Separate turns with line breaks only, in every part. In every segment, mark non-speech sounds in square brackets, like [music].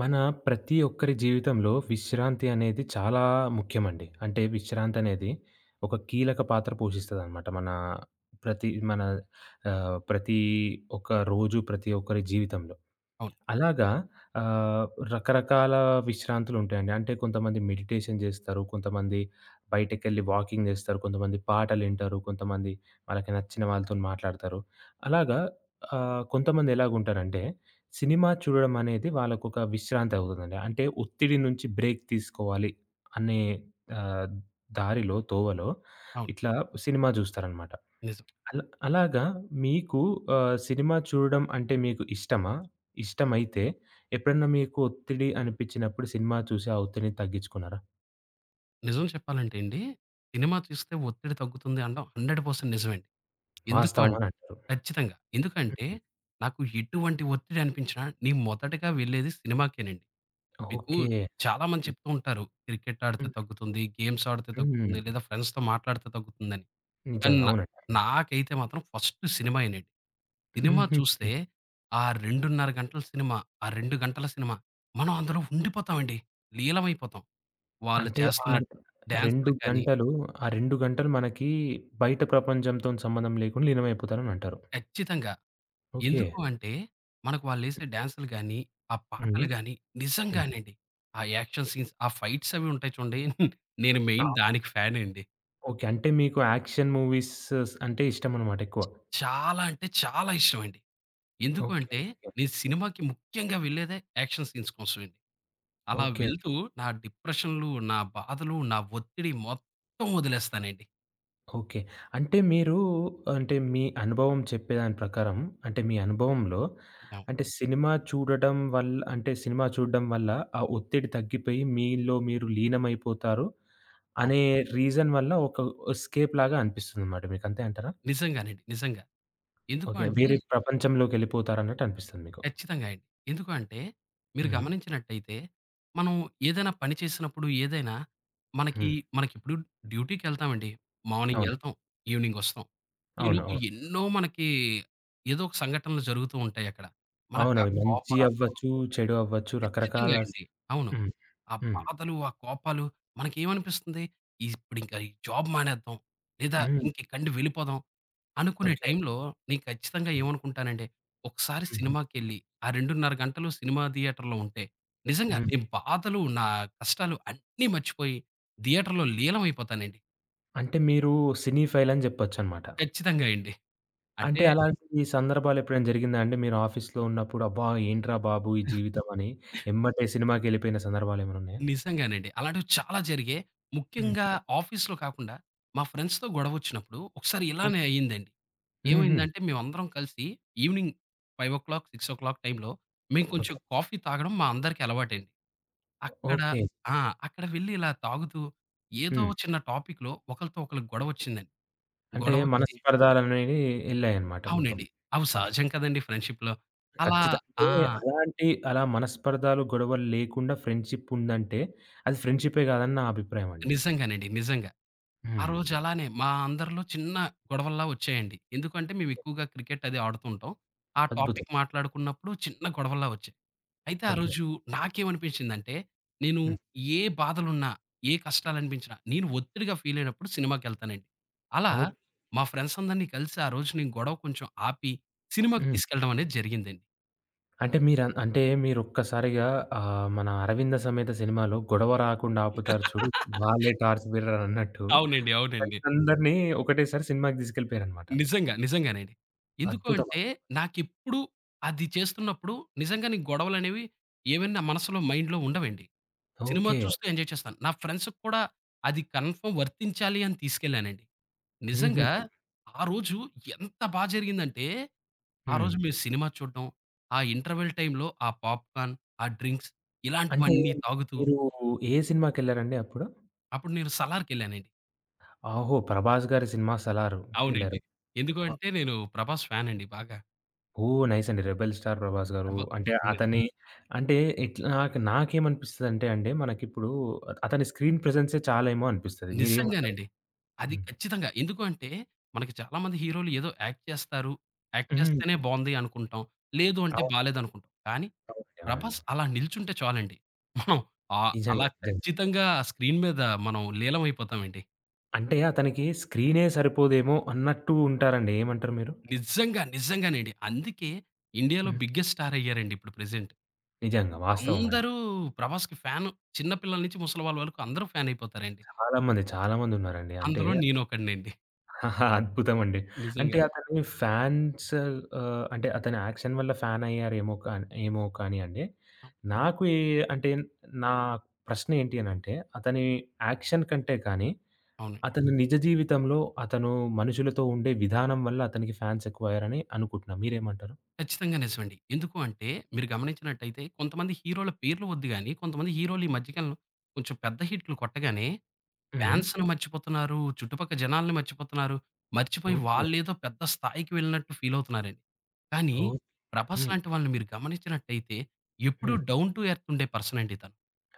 మన ప్రతి ఒక్కరి జీవితంలో విశ్రాంతి అనేది చాలా ముఖ్యమండి. అంటే విశ్రాంతి అనేది ఒక కీలక పాత్ర పోషిస్తదనమాట. మన ప్రతి మన ఆహ్, ప్రతి ఒక్క రోజు, ప్రతి ఒక్కరి జీవితంలో.
అవును.
అలాగా ఆహ్, రకరకాల విశ్రాంతులుంటాయండి. అంటే కొంతమంది మెడిటేషన్ జేస్తారు. కొంతమంది బయటకెళ్ళి వాకింగ్ జేస్తారు. కొంతమంది పాటలింటారు. కొంతమంది వాళ్ళకి నచ్చిన వాళ్ళతోని మాట్లాడతారు. అలాగా కొంతమంది ఎలాగుంటారంటే, సినిమా చూడడం అనేది వాళ్ళకొక విశ్రాంతి అవుతుందండి. అంటే ఒత్తిడి నుంచి బ్రేక్ తీసుకోవాలి అనే ఆహ్, దారిలో, తోవలో
అవును.
ఇట్లా సినిమా జూస్తారనమాట.
నిజం.
అలా అలాగా మీకు సినిమా చూడడం అంటే మీకు ఇష్టమా? ఇష్టమైతే ఎప్పుడన్నా మీకు ఒత్తిడి అనిపించినప్పుడు సినిమా చూసి ఆ ఒత్తిడిని తగ్గించుకున్నారా?
నిజం చెప్పాలంటే అండి, సినిమా చూస్తే ఒత్తిడి తగ్గుతుంది అనడం 100% నిజమండి. ఎందుకు
వాస్తవం
అన్
అని అంటారు.
ఖచ్చితంగా. ఎందుకంటే, నాకు ఎటువంటి ఒత్తిడి అనిపించినా నేను మొదటగా వెళ్ళేది సినిమాకేనండి. మీకు
ఓకే.
చాలామంది చెప్తూ ఉంటారు. క్రికెట్ ఆడితే
హ్మ్.
తగ్గుతుంది, గేమ్స్ ఆడితే తగ్గుతుంది,
హ్మ్.
లేదా ఫ్రెండ్స్‌తో మాట్లాడితే తగ్గుతుందని. కానీ
నిజంగా.
నా
అవునండి. అవునండి.
నాకైతే మాత్రం ఫస్ట్ సినిమాయేనండి. సినిమా
హుహు.
చూస్తే ఆ 2:30 గంటల సినిమా, ఆ 2 గంటల సినిమా మనం అందులో ఉండిపోతామండి. లీలమైపోతాం. వాళ్ళు
అంటే ఆ
చేస్తున్న
2
డాన్స్‌లు గాని
గంటలు, ఆ 2 గంటలు మనకి బయట ప్రపంచంతోని సంబంధం లేకుండా లీనమైపోతారని అంటారు.
ఖచ్చితంగా.
ఓకే.
ఎందుకు అంటే, మనకు వాళ్ళేసే డాన్స్‌లు గాని, ఆ
హుహు.
పాటలు గాని,
హ్మ్.
నిజంగానండి. ఆ యాక్షన్ సీన్స్, ఆ ఫైట్స్ అవి ఉంటాయి చూడండి. [laughs] నేను
ఆ!
మెయిన్ దానికి ఫ్యానండి.
ఓకే. అంటే మీకు యాక్షన్ మూవీస్ అంటే ఇష్టమనమాట ఎక్కువ.
చాలా అంటే చాలా ఇష్టమండి. ఎందుకు
ఓకే.
అంటే,
ఓకే. ఓకే.
నేను సినిమాకి ముఖ్యంగా వెళ్ళేదే యాక్షన్ సీన్స్ కోసమండి. అలా
ఓకే.
వెళ్తూ నా డిప్రెషన్‌లు, నా బాధలు, నా ఒత్తిడి మొత్తం వదిలేస్తానండి.
ఓకే. అంటే మీరు అంటే మీ అనుభవం చెప్పేదాని ప్రకారం అంటే మీ అనుభవంలో
అవును.
అంటే సినిమా చూడడం వల్ల ఆ ఒత్తిడి తగ్గిపోయి మీలో మీరు లీనమైపోతారు
అవును.
అనే రీజన్ వల్ల ఒక ఎస్కేప్ లాగా అనిపిస్తుందన్నమాట మీకు. అంతే అంటారా?
నిజంగానండి. నిజంగా. ఎందుకు
ఓకే.
అంటే
వేరే ప్రపంచంలోకెళ్ళిపోతారన్నట్టు అనిపిస్తుంది మీకు.
ఖచ్చితంగా అండి. ఎందుకు అంటే, మీరు
హ్మ్.
గమనించినట్టయితే, మనం ఏదైనా పని చేసినప్పుడు ఏదైనా మనకి
హ్మ్.
మనకిప్పుడు డ్యూటీకెళ్తామండి. మార్నింగ్
అవునండి.
ఎళ్తాం, ఈవినింగ్ ఒస్తాం.
అవును.
ఈలోపు
అవును.
ఎన్నో మనకి ఏదో ఒక సంఘటనలు జరుగుతూ ఉంటాయక్కడ. మనకా
అవునవి మంచి
కోపాలు
అవ్వచ్చు, చెడు అవ్వచ్చు రకరకాల
ఖచ్చితంగా అండి. అవును.
హ్మ్.
ఆ
హ్మ్.
బాధలు, ఆ కోపాలు మనకేమనిపిస్తుంది? ఇప్పుడింక ఈ జాబ్ మానేద్దాం, లేదా
హ్మ్.
ఇంకెక్కడి నుండి వెళ్ళిపోదాం. అనుకునే
ఓకే.
టైంలో నేను ఖచ్చితంగా ఏమనుకుంటానంటే, ఒకసారి
హుహు.
సినిమాకెళ్ళి, ఆ 2:30 గంటలు సినిమా థియేటర్‌లో ఉంటే, నిజంగా
హ్మ్.
నేను బాధలు, నా కష్టాలు అన్నీ మర్చిపోయి థియేటర్‌లో లీలమైపోతానండి.
అంటే మీరు సినీఫైల్ అని జెప్పొచ్చనమాట.
ఖచ్చితంగా అండి. అంటే
అంటే ఓకే. అలాంటి సందర్భాలు ఎప్పుడైనా జరిగిందా అండి? మీరు ఆఫీస్‌లో ఉన్నప్పుడు అబ్బా! ఏంట్రా బాబు ఈ జీవితం అని ఎమ్మటే సినిమాకెళ్ళిపోయిన సందర్భాలేమైనున్నాయా?
నిజంగానండి. అలాంటివి చాలా జరిగాయి. ముఖ్యంగా
హ్మ్.
ఆఫీస్‌లో కాకుండా మా ఫ్రెండ్స్‌తో గొడవొచ్చినప్పుడు ఒకసారి
ఓహ్!
ఇలానే అయిందండి.
హుహు.
ఏమైందంటే మేమందరం కలిసి ఈవినింగ్ 5:00, 6:00 టైంలో మేము
ఓకే.
కొంచెం కాఫీ తాగడం మా అందరికీ అలవాటండి. అక్కడ
ఓకే.
ఆ! అక్కడ వెళ్లి ఇలా తాగుతూ ఏదో
హ్మ్.
చిన్న టాపిక్‌లో ఒకళ్ళతో ఒకళ్ళకి గొడవొచ్చిందండి.
అంటే
గొడవొచ్చి
మనస్పర్ధలనేవి ఎళ్ళాయనమాట మొత్తం.
అవునండి. అవి
ఓకే.
సహజం కదండీ ఫ్రెండ్‌షిప్‌లో. అలా
ఖచ్చితంగా
ఆ!
అంటే అలాంటి అలా మనస్పర్ధలు, గొడవలు లేకుండా ఫ్రెండ్‌షిప్ ఉందంటే అది ఫ్రెండ్‌షిపే గాదని నా అభిప్రాయం అండి.
నిజంగానండి. నిజంగా. ఆ
హ్మ్.
రోజు అలానే మా అందరిలో చిన్న గొడవల్లా వచ్చాయండి. ఎందుకంటే మేము ఎక్కువగా క్రికెట్ అది ఆడుతూ ఉంటాం. ఆ
అద్భుతం.
టాపిక్ మాట్లాడుకున్నప్పుడు చిన్న గొడవల్లా వచ్చాయి. అయితే ఆ
ఓకే.
రోజు నాకేమనిపించిందంటే, నేను
హ్మ్.
ఏ బాధలున్నా, ఏ కష్టాలనిపించినా, నేను ఒత్తిడిగా ఫీల్ అయినప్పుడు సినిమాకెళ్తానండి. అలా
ఓహ్!
మా ఫ్రెండ్స్ అందరిని కలిసి ఆ రోజు నేను గొడవ కొంచెం ఆపి, సినిమాకి
హ్మ్.
తీసుకెళ్ళడం అనేది జరిగిందండి.
అంటే మీరన్ అంటే మీరొక్కసారిగా మన 'అరవింద సమేత' సినిమాలో గొడవ రాకుండా ఆపుతారు చూడు, వాళ్ళే టార్చ్ బీరర్ అన్నట్టు
అవునండి. అవునండి.
ఫ్రెండ్సందరిని ఒకటేసారి సినిమాకి తీసుకెళ్ళిపోయారనమాట.
నిజంగా. నిజంగానండి. ఎందుకు
అద్భుతం
అంటే,
అక్కడ.
నాకెప్పుడు అది చేస్తున్నప్పుడు నిజంగా నీ గొడవలనేవి ఏవైనా మనసులో, మైండ్‌లో ఉండవండి. Cinema
okay.
చూస్తూ ఎంజాయ్ చేస్తాను. నా ఫ్రెండ్స్‌కి కూడా అది కన్ఫర్మ్ వర్తించాలి అని తీసుకెళ్ళానండి. నిజంగా
హుహుహు.
ఆ రోజు ఎంత బా జరిగిందంటే, ఆ
హ్మ్.
రోజు మేము సినిమా చూడడం, ఆ ఇంటర్వెల్ టైమ్‌లో ఆ పాప్‌కార్న్, ఆ డ్రింక్స్
అంటే
ఇలాంటివన్నీ తాగుతూ
మీరు ఏ సినిమాకెళ్లారండి అప్పుడు?
అప్పుడు నేను సలార్‌కెళ్ళానండి.
ఓహో! 'ప్రభాస్' గారి సినిమా
అవునండి.
'సలార్‌కెళ్లారు.'
ఎందుకు అంటే నేను 'ప్రభాస్' ఫ్యానండి బాగా.
ఓహ్! నైస్ అండి. 'రెబెల్ స్టార్' 'ప్రభాస్' గారు
ప్రభ
అంటే
అవునండి.
అతని అంటే ఇట్లా నాకేమనిపిస్తదంటే అండి మనకిప్పుడు అతని స్క్రీన్ ప్రెజెన్సే చాలేమో అనిపిస్తది. మీరేమంటారు?
నిజంగానండి. అది
హ్మ్.
ఖచ్చితంగా. ఎందుకు అంటే మనకి చాలామంది హీరోలు ఏదో యాక్ట్ చేస్తారు. యాక్ట్
హ్మ్.
చేస్తేనే బావుంది అనుకుంటాం. లేదు అంటే
అవునండి.
బాలేదనుకుంటాం. కానీ
అవునండి. అవునండి.
ప్రభాస్ అలా నిల్చుంటే చాలండి. మనం అలా
నిజంగా. నిజంగా.
ఖచ్చితంగా స్క్రీన్ మీద మనం లీలమైపోతామండి.
అంటే అతనికి స్క్రీనే సరిపోదేమో అన్నట్టు ఉంటారండి. ఏమంటారు మీరు?
నిజంగానండి. అందుకే ఇండియాలో
హ్మ్.
బిగ్గెస్ట్ స్టార్ అయ్యారండి ఇప్పుడు ప్రెజెంట్.
నిజంగా వాస్తవం అండి.
అందరూ ప్రభాస్‌కి ఫ్యాను. చిన్న పిల్లల నుంచి ముసలివాళ్ళ వరకు అందరూ ఫ్యాన్ అయిపోతారండి.
చాలా మంది, చాలా మంది ఉన్నారండి. అంటే
అందులో నేనొకడినండి.
[laughs] అద్భుతం అండి. అంటే
నిజంగా.
అతని ఫ్యాన్స్ అంటే అతని యాక్షన్ వల్ల ఫ్యాన్ అయ్యారేమో కాని ఏమో కానీ అండి. నాకు ఏ అంటే నా ప్రశ్న ఏంటి అనంటే అతని యాక్షన్ కంటే కానీ
అవునండి.
అతని నిజ జీవితంలో అతను మనుషులతో ఉండే విధానం వల్ల అతనికి ఫ్యాన్స్ ఎక్కువయ్యారని అనుకుంటున్నా. మీరేమంటారు?
ఖచ్చితంగా నిజమండి. ఎందుకు అంటే మీరు గమనించినట్టయితే కొంతమంది హీరోల పేర్లు వద్దు గాని, కొంతమంది హీరోలు ఈ మధ్య కాలంలో కొంచెం పెద్ద హిట్లు కొట్టగానే
హ్మ్.
ఫ్యాన్స్‌ని మర్చిపోతున్నారు. చుట్టుపక్కల జనాల్ని మర్చిపోతున్నారు. మర్చిపోయి
ఓకే.
వాళ్ళేదో పెద్ద స్థాయికి వెళ్ళినట్టు ఫీల్ అవుతున్నారండి. కానీ,
ఓకే.
'ప్రభాస్'
హ్మ్.
లాంటి వాళ్ళని మీరు గమనించినట్టయితే ఎప్పుడూ
హ్మ్.
డౌన్ టు ఎర్త్ ఉండే పర్సన్ అండి తను.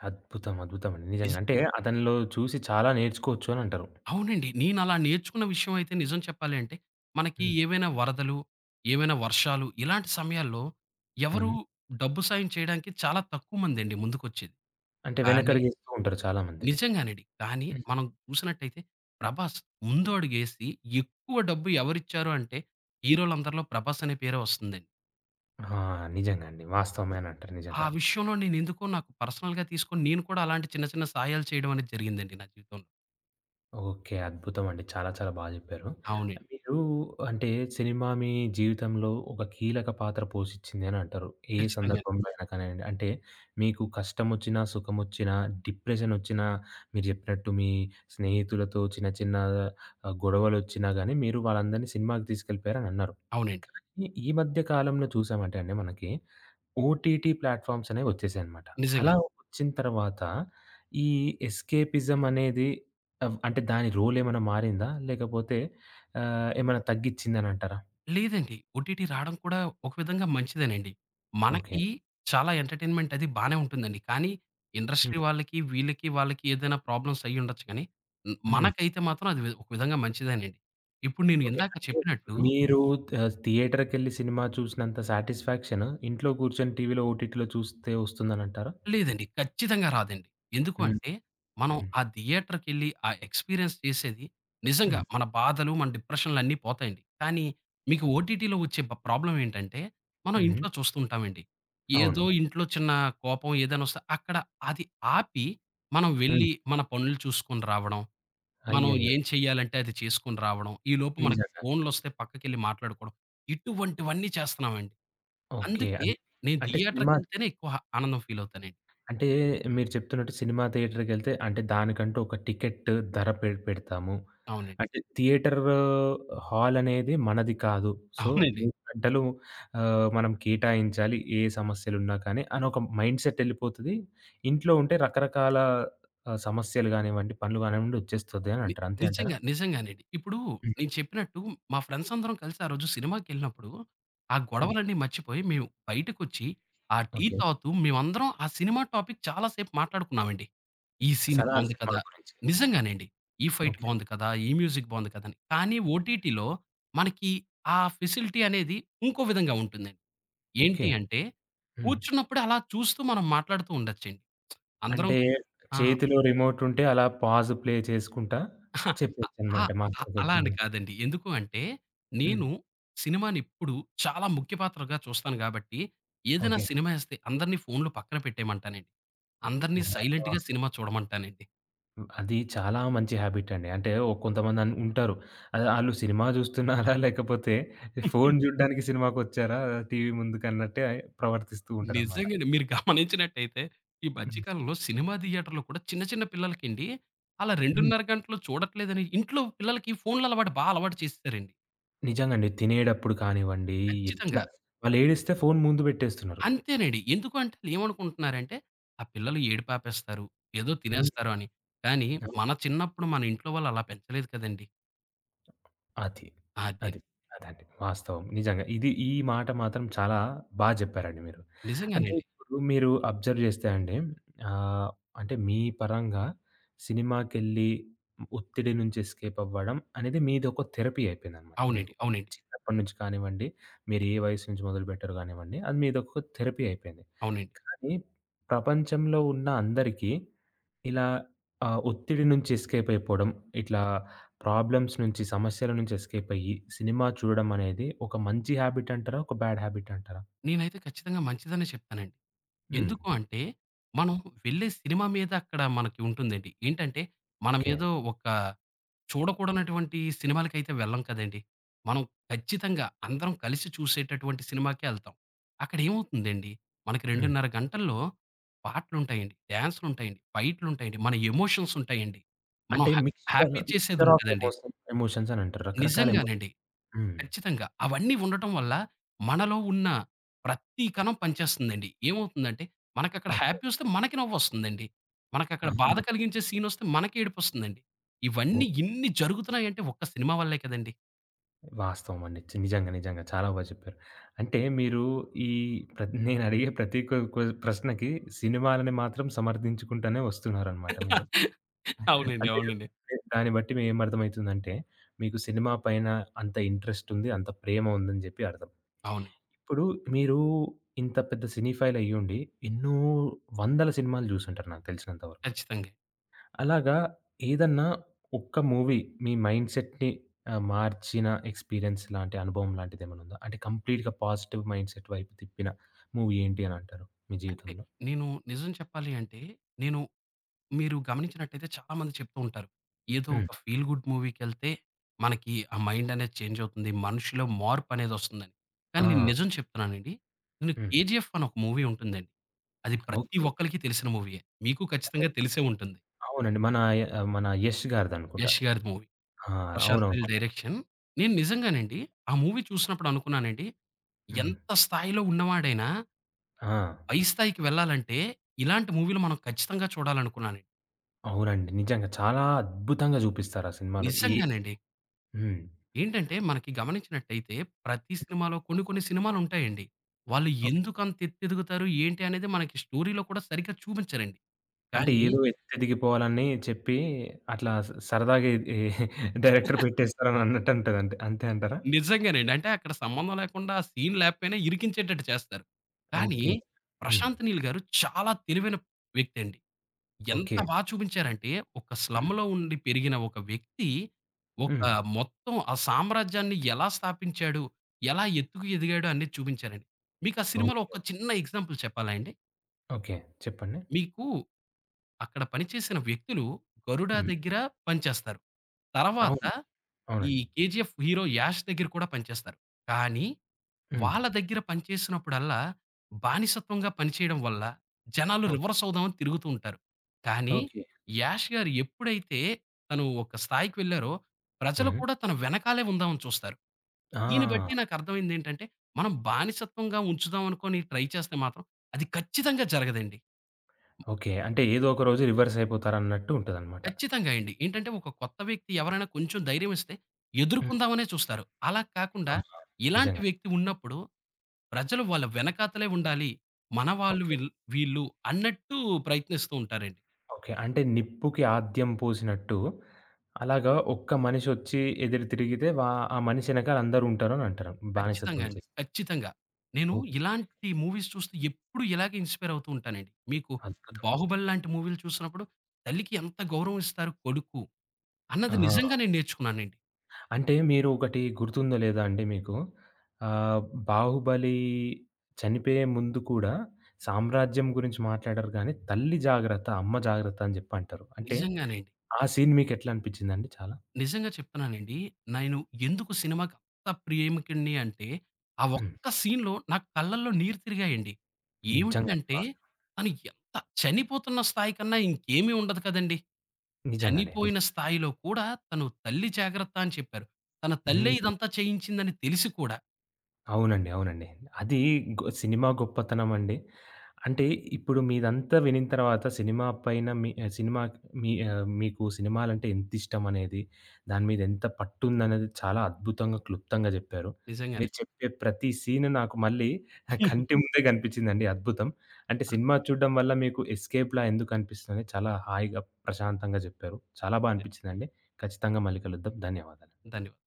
అద్భుతం. అద్భుతమండి.
నిజ
నిజంగా. అంటే అతనిలో చూసి చాలా నేర్చుకోవచ్చు అనంటారు.
అవునండి. నేను అలా నేర్చుకున్న విషయం అయితే నిజం చెప్పాలి అంటే, మనకి
హ్మ్.
ఏవైనా వరదలు, ఏవైనా వర్షాలు ఇలాంటి సమయాల్లో ఎవరు
హ్మ్.
డబ్బు సాయం చేయడానికి చాలా తక్కువ మందండి ముందుకొచ్చేది.
అంటే
కానీ
వెనకడుగేస్తూ ఉంటారు చాలామంది.
నిజంగానండి. కానీ
హ్మ్.
మనం చూసినట్టయితే 'ప్రభాస్' ముందు అడుగేసి ఎక్కువ డబ్బు ఎవరిచ్చారు అంటే హీరోలందరిలో 'ప్రభాస్' అనే పేరే వస్తుందండి.
ఆ! నిజంగా అండి. వాస్తవమే అనంటారు
ఆ
నిజంగా.
విషయంలో నేనెందుకో నాకు పర్సనల్‌గా తీసుకొని నేను కూడా అలాంటి చిన్న చిన్న సాయాలు చేయడం అనేది జరిగిందండి నా జీవితంలో.
ఓకే. అద్భుతమండి. చాలా చాలా బా జెప్పారు.
అవునండి.
మీరు అంటే సినిమా మీ జీవితంలో ఒక కీలక పాత్ర పోషిచ్చింది అని అంటారు. ఏ
ఖచ్చితంగా.
సందర్భంలో అయినా కానియండి. అంటే మీకు కష్టమొచ్చినా, సుఖమొచ్చినా, డిప్రెషనొచ్చినా మీరు జెప్పినట్టు మీ స్నేహితులతో చిన్న చిన్న గొడవలొచ్చినా గాని మీరు వాళ్ళందరినీ సినిమాకి తీసుకెళ్ళిపోయారనన్నారు.
అవునండి.
ఈ ఈ మధ్య కాలంలో చూసామంటే అండి మనకి ఓటీటీ ప్లాట్‌ఫామ్స్ అనేవొచ్చేసాయనమాట.
నిజంగా.
అలా వచ్చిన తర్వాత ఈ ఎస్కేపిజం అనేది అంటే దాని రోలేమైనా మారిందా? లేకపోతే ఏమైనా తగ్గిచ్చిందనంటారా?
లేదండి. ఓటీటీ రాడం కూడా ఒక విధంగా మంచిదేనండి.
ఓకే.
మనకి చాలా ఎంటర్‌టైన్‌మెంట్ అది బానే ఉంటుందండి. కానీ
హ్మ్.
ఇండస్ట్రీ వాళ్ళకి, వీళ్ళకి, వాళ్ళకి ఏదైనా ప్రాబ్లమ్స్ అయ్యుండొచ్చు కానీ,
హ్మ్.
మనకైతే మాత్రం అది ఒక విధంగా మంచిదేనండి. ఇప్పుడు నేను
ఓకే.
ఇందాక
అంటే
చెప్పినట్టు
మీరు థియేటర్‌కెళ్ళి సినిమా చూసినంత సాటిస్‌ఫాక్షన్ ఇంట్లో కూర్చొని టీవీలో ఓటీటీలో చూస్తే వస్తుందనంటారా?
లేదండి. ఖచ్చితంగా రాదండి. ఎందుకు
హ్మ్.
అంటే, మనం
హ్మ్.
ఆ థియేటర్‌కెళ్ళి ఆ ఎక్స్‌పీరియన్స్ చేసేది నిజంగా
హ్మ్.
మన బాధలు, మన డిప్రెషన్‌లన్నీ పోతాయండి. కానీ మీకు ఓటీటీలో వచ్చే ప్రాబ్లమ్ ఏంటంటే, మనం
హ్మ్.
ఇంట్లో చూస్తుంటామండి. ఏదో
అవును.
ఇంట్లో చిన్న కోపం ఏదైనా వస్తే అక్కడ అది ఆపి, మనం
హ్మ్.
వెళ్ళి మన పనులు చూసుకొని రావడం, మనం
అయ్యయ్యో!
ఏం చేయాలంటే అది చేసుకొని రావడం, ఈలోపు మనకు
నిజంగా.
ఫోన్‌లొస్తే పక్కకెళ్ళి మాట్లాడుకోవడం, ఇటువంటివన్నీ చేస్తున్నామండి.
ఓకే.
అందుకే
అన్
నేను
అంటే సినిమా
థియేటర్‌కెళ్తేనే ఎక్కువ ఆనందం ఫీల్ అవుతానండి.
అంటే మీరు చెప్తున్నట్టు సినిమా థియేటర్‌కెళ్తే అంటే దానికంటూ ఒక టికెట్ ధర పెడతాము.
అవునండి.
అంటే థియేటర్ హాల్ అనేది మనది కాదు. సో,
అవునండి.
3 గంటలు మనం కేటాయించాలి ఏ సమస్యలున్నా కానీ అని ఒక మైండ్ సెట్ ఎళ్ళిపోతది. ఇంట్లో ఉంటే రకరకాల సమస్యలు గానివ్వండి, పనులు గానివ్వండి వచ్చేస్తది అని
ని
అంటారు. అంతే అంటారా?
నిజంగా. నిజంగానండి. ఇప్పుడు
హ్మ్.
నేను చెప్పినట్టు మా ఫ్రెండ్స్ అందరం కలిసి ఆ రోజు సినిమాకెళ్ళినప్పుడు, ఆ
హ్మ్.
గొడవలన్నీ మర్చిపోయి మేము బయటకొచ్చి, ఆ టీ
ఓకే.
తాగుతూ మేమందరం ఆ సినిమా టాపిక్ చాలా సేపు మాట్లాడుకున్నామండి. ఈ సీన్
'సలార్'
బావుంది
సినిమా
కదా!
గురించి.
నిజంగానండి. ఈ ఫైట్
ఓకే.
బావుంది కదా! ఈ మ్యూజిక్ బావుంది కదా! అని. కానీ ఓటీటీలో మనకి ఆ ఫెసిలిటీ అనేది ఇంకో విధంగా ఉంటుందండి.
ఓకే.
ఏంటి అంటే,
హ్మ్.
కూర్చున్నప్పుడే అలా చూస్తూ మనం మాట్లాడుతూ ఉండొచ్చండి. అందరం
అంటే
ఆ!
చేతిలో రిమోట్ ఉంటే అలా పాజ్ ప్లే చేసుకుంటా
[laughs] ఆ!
చెప్పేయొచ్చనమాట
అ అలా
మాట్లాడుకోవచ్చు
అని
మనం.
కాదండి. ఎందుకు అంటే,
హ్మ్.
నేను సినిమానిప్పుడు చాలా ముఖ్య పాత్రగా చూస్తాను గాబట్టి, ఏదైనా
ఓకే.
సినిమా ఎస్తే అందరిని ఫోన్‌లు పక్కన పెట్టేయమంటానండి. అందరిని సైలెంట్‌గా సినిమా చూడమంటానండి.
అది చాలా మంచి హాబిట్ అండి. అంటే ఓ కొంతమంది అన్ ఉంటారు. అది ఆళ్ళు సినిమా చూస్తున్నారా [laughs] లేకపోతే ఫోను చూడ్డానికి సినిమాకొచ్చారా టీవీ ముందుకన్నట్టే ప్రవర్తిస్తూ ఉంటారనమాట.
నిజంగానే మీరు గమనించినట్టయితే, ఈ మధ్య
హ్మ్.
కాలంలో సినిమా థియేటర్‌లో కూడా చిన్న చిన్న పిల్లలకండి, అలా
హ్మ్.
2:30 గంటలు చూడట్లేదని ఇంట్లో పిల్లలకి ఫోన్‌ల అలవాటు అలవాటు చేసేసారండి.
నిజంగండి. తినేటప్పుడు కానివ్వండి, ఎట్లా
ఖచ్చితంగా.
వాళ్ళేడిస్తే ఫోను ముందు పెట్టేస్తున్నారు.
అంతేనండి. ఎందుకు అంటే ఆళ్ళేమనుకుంటున్నారంటే, ఆ పిల్లలు ఏడుపు ఆపేస్తారు. ఏదో
హ్మ్.
తినేస్తారు అని. కానీ మన చిన్నప్పుడు మన ఇంట్లో వాళ్ళు అలా పెంచలేదు కదండీ!
అది.
అదే.
అది. అదండి వాస్తవం. నిజంగా. ఇది ఈ మాట మాత్రం చాలా బా జెప్పారండి మీరు. అంటే
నిజంగానండి.
ఇప్పుడు మీరు అబ్జర్వ్ జేస్తే అండి ఆహ్, అంటే మీ పరంగా సినిమాకెళ్ళి ఒత్తిడి నుంచి ఎస్కేప్ అవ్వడం అనేది మీదొక థెరపీ అయిపోయిందనమాట మీకు.
అవునండి. అవునండి.
చిన్నప్పటి నుంచి కానివ్వండి, మీరు ఏ వయసు నుంచి మొదలుపెట్టారో గానివ్వండి, అది మీదొక థెరపీ అయిపోయింది.
అవునండి.
కానీ ప్రపంచంలో ఉన్న అందరికీ ఇలా ఒత్తిడి నుంచి ఎస్కేప్ అయిపోవడం ఇట్లా ప్రాబ్లమ్స్ నుంచి, సమస్యల నుంచి ఎస్కేప్ అయ్యి, సినిమా చూడడం అనేది ఒక మంచి హాబిట్ అంటారా? ఒక బ్యాడ్ హాబిట్ అంటారా?
నేనైతే ఖచ్చితంగా మంచిదనే చెప్తానండి.
హ్మ్.
ఎందుకు అంటే, మనం వెళ్ళే సినిమా మీద అక్కడ మనకి ఉంటుందండి. ఏంటంటే,
ఓకే.
మనమేదో ఒక చూడకూడనటువంటి సినిమాలకైతే వెళ్ళం కదండీ! మనం ఖచ్చితంగా అందరం కలిసి చూసేటటువంటి సినిమాకే ఎళ్తాం. అక్కడ ఏమవుతుందండి, మనకి
హ్మ్.
2:30 గంటల్లో పాటలుంటాయండి, డాన్సులుంటాయండి, ఫైట్లుంటాయండి, మన ఎమోషన్స్ ఉంటాయండి. మనం
అంటే
హ్యా
మిక్స్చర్,
హ్యాపీ
మిక్స్చర్ ఆఫ్
చేసేదుంటదండి.
ఎమోషన్స్ అని అంటారు. రకరకాల ఎమోషన్స్.
నిజంగానండి.
హ్మ్.
ఖచ్చితంగా. అవన్నీ ఉండటం వల్ల మనలో ఉన్న ప్రతి కణం పనిచేస్తుందండి. ఏమవుతుందంటే మనకక్కడ
ఓకే.
హ్యాపీ ఒస్తే మనకి నవ్వొస్తుందండి. మనకక్కడ బాధ
ఆహా!
అవును. కలిగించే సీనొస్తే మనకే ఏడుపొస్తుందండి.
ఓకే.
ఇవన్నీ ఇన్ని జరుగుతున్నాయంటే ఒక్క సినిమా వల్లే కదండీ!
వాస్తవం అండి. చి నిజంగా, నిజంగా చాలా బా చెప్పారు. అంటే మీరు ఈ ప్ర నేనడిగే ప్రతి కొ కొ ప్రశ్నకి సినిమాలని మాత్రం సమర్థించుకుంటూనే వస్తున్నారనమాట మీరు.
[laughs] అవునండి.
అంటే
అవునండి.
దాన్ని బట్టి మేమర్థమయితుందంటే, మీకు సినిమా పైన అంత ఇంట్రెస్ట్ ఉంది, అంత ప్రేమ ఉందని జెప్పి అర్థం.
అవును.
ఇప్పుడు మీరు ఇంత పెద్ద సినీఫైల్ అయ్యుండి, ఎన్నో వందల సినిమాలు జూసుంటారు నాకు తెలిసినంత వరకు.
ఖచ్చితంగా.
అలాగా ఏదన్నా ఒక్క మూవీ మీ మైండ్ సెట్‌ని మార్చిన ఎక్స్‌పీరియన్స్ లాంటి అనుభవం లాంటిదేమన్నుందా? అంటే కంప్లీట్‌గా పాజిటివ్ మైండ్ సెట్ వైపు తిప్పిన మూవీ ఏంటి అనంటారు మీ
అంటే
జీవితంలో?
నేను నిజం చెప్పాలి అంటే నేను మీరు గమనించినట్టయితే చాలామంది చెప్తూ ఉంటారు. ఏదో
హ్మ్.
ఒక ఫీల్ గుడ్ మూవీకెళ్తే మనకి ఆ మైండ్ అనేది చేంజ్ అవుతుంది. మనిషిలో మార్పనేదొస్తుందని. కానీ నేను
ఆ!
నిజం చెప్తున్నానండి. నేను
హ్మ్.
'కేజీఎఫ్' అని ఒక మూవీ ఉంటుందండి. అది ప్రతి
ఓకే.
ఒక్కళ్ళకి తెలిసిన మూవీయే. మీకు ఖచ్చితంగా తెలిసే ఉంటుంది.
అవునండి. మన య మన 'యష్' గారిదనుకుంటా.
యష్ గారి మూవీ.
ఆ!
ప్రశాంత్
అవునవును.
నీల్ డైరెక్షన్. నేను నిజంగానండి ఆ మూవీ చూసినప్పుడు అనుకున్నానండి.
హ్మ్.
ఎంత స్థాయిలో ఉన్నవాడైనా
ఆ!
పై స్థాయికి వెళ్ళాలంటే ఇలాంటి మూవీలు మనం ఖచ్చితంగా చూడాలనుకున్నానండి.
అవునండి. నిజంగా చాలా అద్భుతంగా చూపిస్తారు ఆ సినిమాలో. ఏ
నిజంగానండి.
హ్మ్.
ఏంటంటే మనకి గమనించినట్టయితే ప్రతి సినిమాలో కొన్ని కొన్ని సినిమాలుంటాయండి. వాళ్ళు
ఓకే.
ఎందుకంత ఎత్తెదుగుతారు, ఏంటి అనేది మనకి స్టోరీలో కూడా సరిగ్గా చూపించరండి.
అంటే
కానీ
ఏదో ఎత్తెదిగిపోవాలని చెప్పి అట్లా స సరదాగా ఎ ఎ డైరెక్టర్ పెట్టేస్తారని అన్నట్టు ఉంటది. అంతే అంతే అంటారా?
నిజంగానండి. అంటే అక్కడ సంబంధం లేకుండా సీన్ లేకపోయినా ఇరికించేటట్టు చేస్తారు. కానీ
ఓకే. హ్మ్.
'ప్రశాంత్ నీల్' గారు చాలా తెలివైన వ్యక్తండి. ఎంత
ఓకే.
బా చూపించారంటే ఒక
హ్మ్.
స్లమ్‌లో ఉండి పెరిగిన ఒక వ్యక్తి ఒక
హ్మ్.
మొత్తం ఆ సామ్రాజ్యాన్ని ఎలా స్థాపించాడు, ఎలా ఎత్తుకు ఎదిగాడు అనేది చూపించారండి. మీకు ఆ సినిమాలో
ఓకే.
ఒక చిన్న ఎగ్జాంపుల్ చెప్పాలా అండి?
ఓకే. చెప్పండి.
మీకు అక్కడ పనిచేసిన వ్యక్తులు 'గరుడ'
హ్మ్.
దగ్గర పనిచేస్తారు. తర్వాత
అవును.
ఈ
అవునండి.
'కేజీఎఫ్' హీరో 'యాష్' దగ్గర కూడా పనిచేస్తారు. కానీ
హ్మ్.
వాళ్ళ దగ్గర పనిచేసినప్పుడల్లా బానిసత్వంగా పనిచేయడం వల్ల జనాలు
ఓకే.
రివర్స్ అవుదామని తిరుగుతూ ఉంటారు. కానీ
ఓకే.
'యాష్' గారు ఎప్పుడైతే తను ఒక స్థాయికి వెళ్లారో ప్రజలు
హ్మ్.
కూడా తన వెనకాలే ఉందామని చూస్తారు. దీన్ని బట్టి
ఆ!
నాకు అర్థమైందేంటంటే మనం బానిసత్వంగా ఉంచుదాం అనుకోని ట్రై చేస్తే మాత్రం అది ఖచ్చితంగా జరగదండి.
ఓకే. అంటే ఏదో ఒక రోజు రివర్స్ అయిపోతారన్నట్టు ఉంటదన్నమాట.
ఖచ్చితంగా అండి. ఏంటంటే ఒక కొత్త వ్యక్తి ఎవరైనా కొంచెం ధైర్యం ఇస్తే
హ్మ్.
ఎదుర్కుందామనే చూస్తారు. అలా కాకుండా
ఆ!
ఇలాంటి
నిజంగా.
వ్యక్తి ఉన్నప్పుడు ప్రజలు వాళ్ళ వెనకాతలే ఉండాలి. మన వాళ్ళు
ఓకే.
వీళ్ వీళ్ళు అన్నట్టు ప్రయత్నిస్తూ ఉంటారండి.
ఓకే. అంటే నిప్పుకి ఆద్యం పోసినట్టు అలాగా ఒక్క మనిషొచ్చి ఎదురు తిరిగితే వా ఆ మనిషి ఎనకాల అందరుంటారని అంటారు.
ఖచ్చితంగా
బానిసత్వం
అండి.
చేసి.
ఖచ్చితంగా. నేను
ఓకే.
ఇలాంటి మూవీస్ చూస్తూ ఎప్పుడు ఇలాగే ఇన్‌స్పైర్ అవుతూ ఉంటానండి.
అద్భుతం.
'బాహుబలి' లాంటి మూవీలు చూసినప్పుడు తల్లికి ఎంత గౌరవం ఇస్తారు కొడుకు అన్నది నిజంగా
ఆ!
నేను నేర్చుకున్నానండి.
అంటే మీరు ఒకటి గుర్తుందో లేదా అండి మీకు? ఆహ్, 'బాహుబలి' చనిపోయే ముందు కూడా సామ్రాజ్యం గురించి మాట్లాడరు గానీ, తల్లి జాగ్రత్త, అమ్మ జాగ్రత్త అని జెప్పి అంటారు. అంటే
నిజంగానే అండి.
ఆ సీన్ మీకెట్లా అనిపిచ్చిందండి చాలా?
నిజంగా చెప్తున్నానండి. నేను ఎందుకు సినిమాకి అంత ప్రేమికుడిని అంటే, ఆ
హ్మ్.
ఒక్క సీన్‌లో నా కళ్ళల్లో నీరు తిరిగాయండి. ఏమిటి
నిజంగానే
అంటే,
వాస్తవం.
తను ఎంత చనిపోతున్న స్థాయి కన్నా ఇంకేమీ ఉండదు కదండీ!
నిజంగానే.
చనిపోయిన
నిజంగా.
స్థాయిలో కూడా తను తల్లి జాగ్రత్త అని చెప్పారు. తన తల్లే
హ్మ్.
ఇదంతా చేయించిందని తెలిసి కూడా
అవునండి. అవునండి. అది గొ సినిమా గొప్పతనం అండి. అంటే ఇప్పుడు మీదంతా వినిన తర్వాత సినిమా పైన మీ సినిమా మీ మీకు సినిమాలంటే ఎంతిష్టమనేది, దాని మీద ఎంత పట్టుందనేది చాలా అద్భుతంగా, క్లుప్తంగా జెప్పారు.
నిజంగానే.
మీరు చెప్పే ప్రతి సీన్ నాకు మళ్ళీ నా కంటి
[laughs]
ముందే గనిపించిందండి. అద్భుతం. అంటే సినిమా చూడడం వల్ల మీకు ఎస్కేప్‌లా ఎందుకనిపిస్తుందని చాలా హాయిగా, ప్రశాంతంగా జెప్పారు. చాలా బా అనిపించిందండి. ఖచ్చితంగా మళ్ళీ కలుద్దాం. ధన్యవాదాలు.
ధన్యవాదాలు.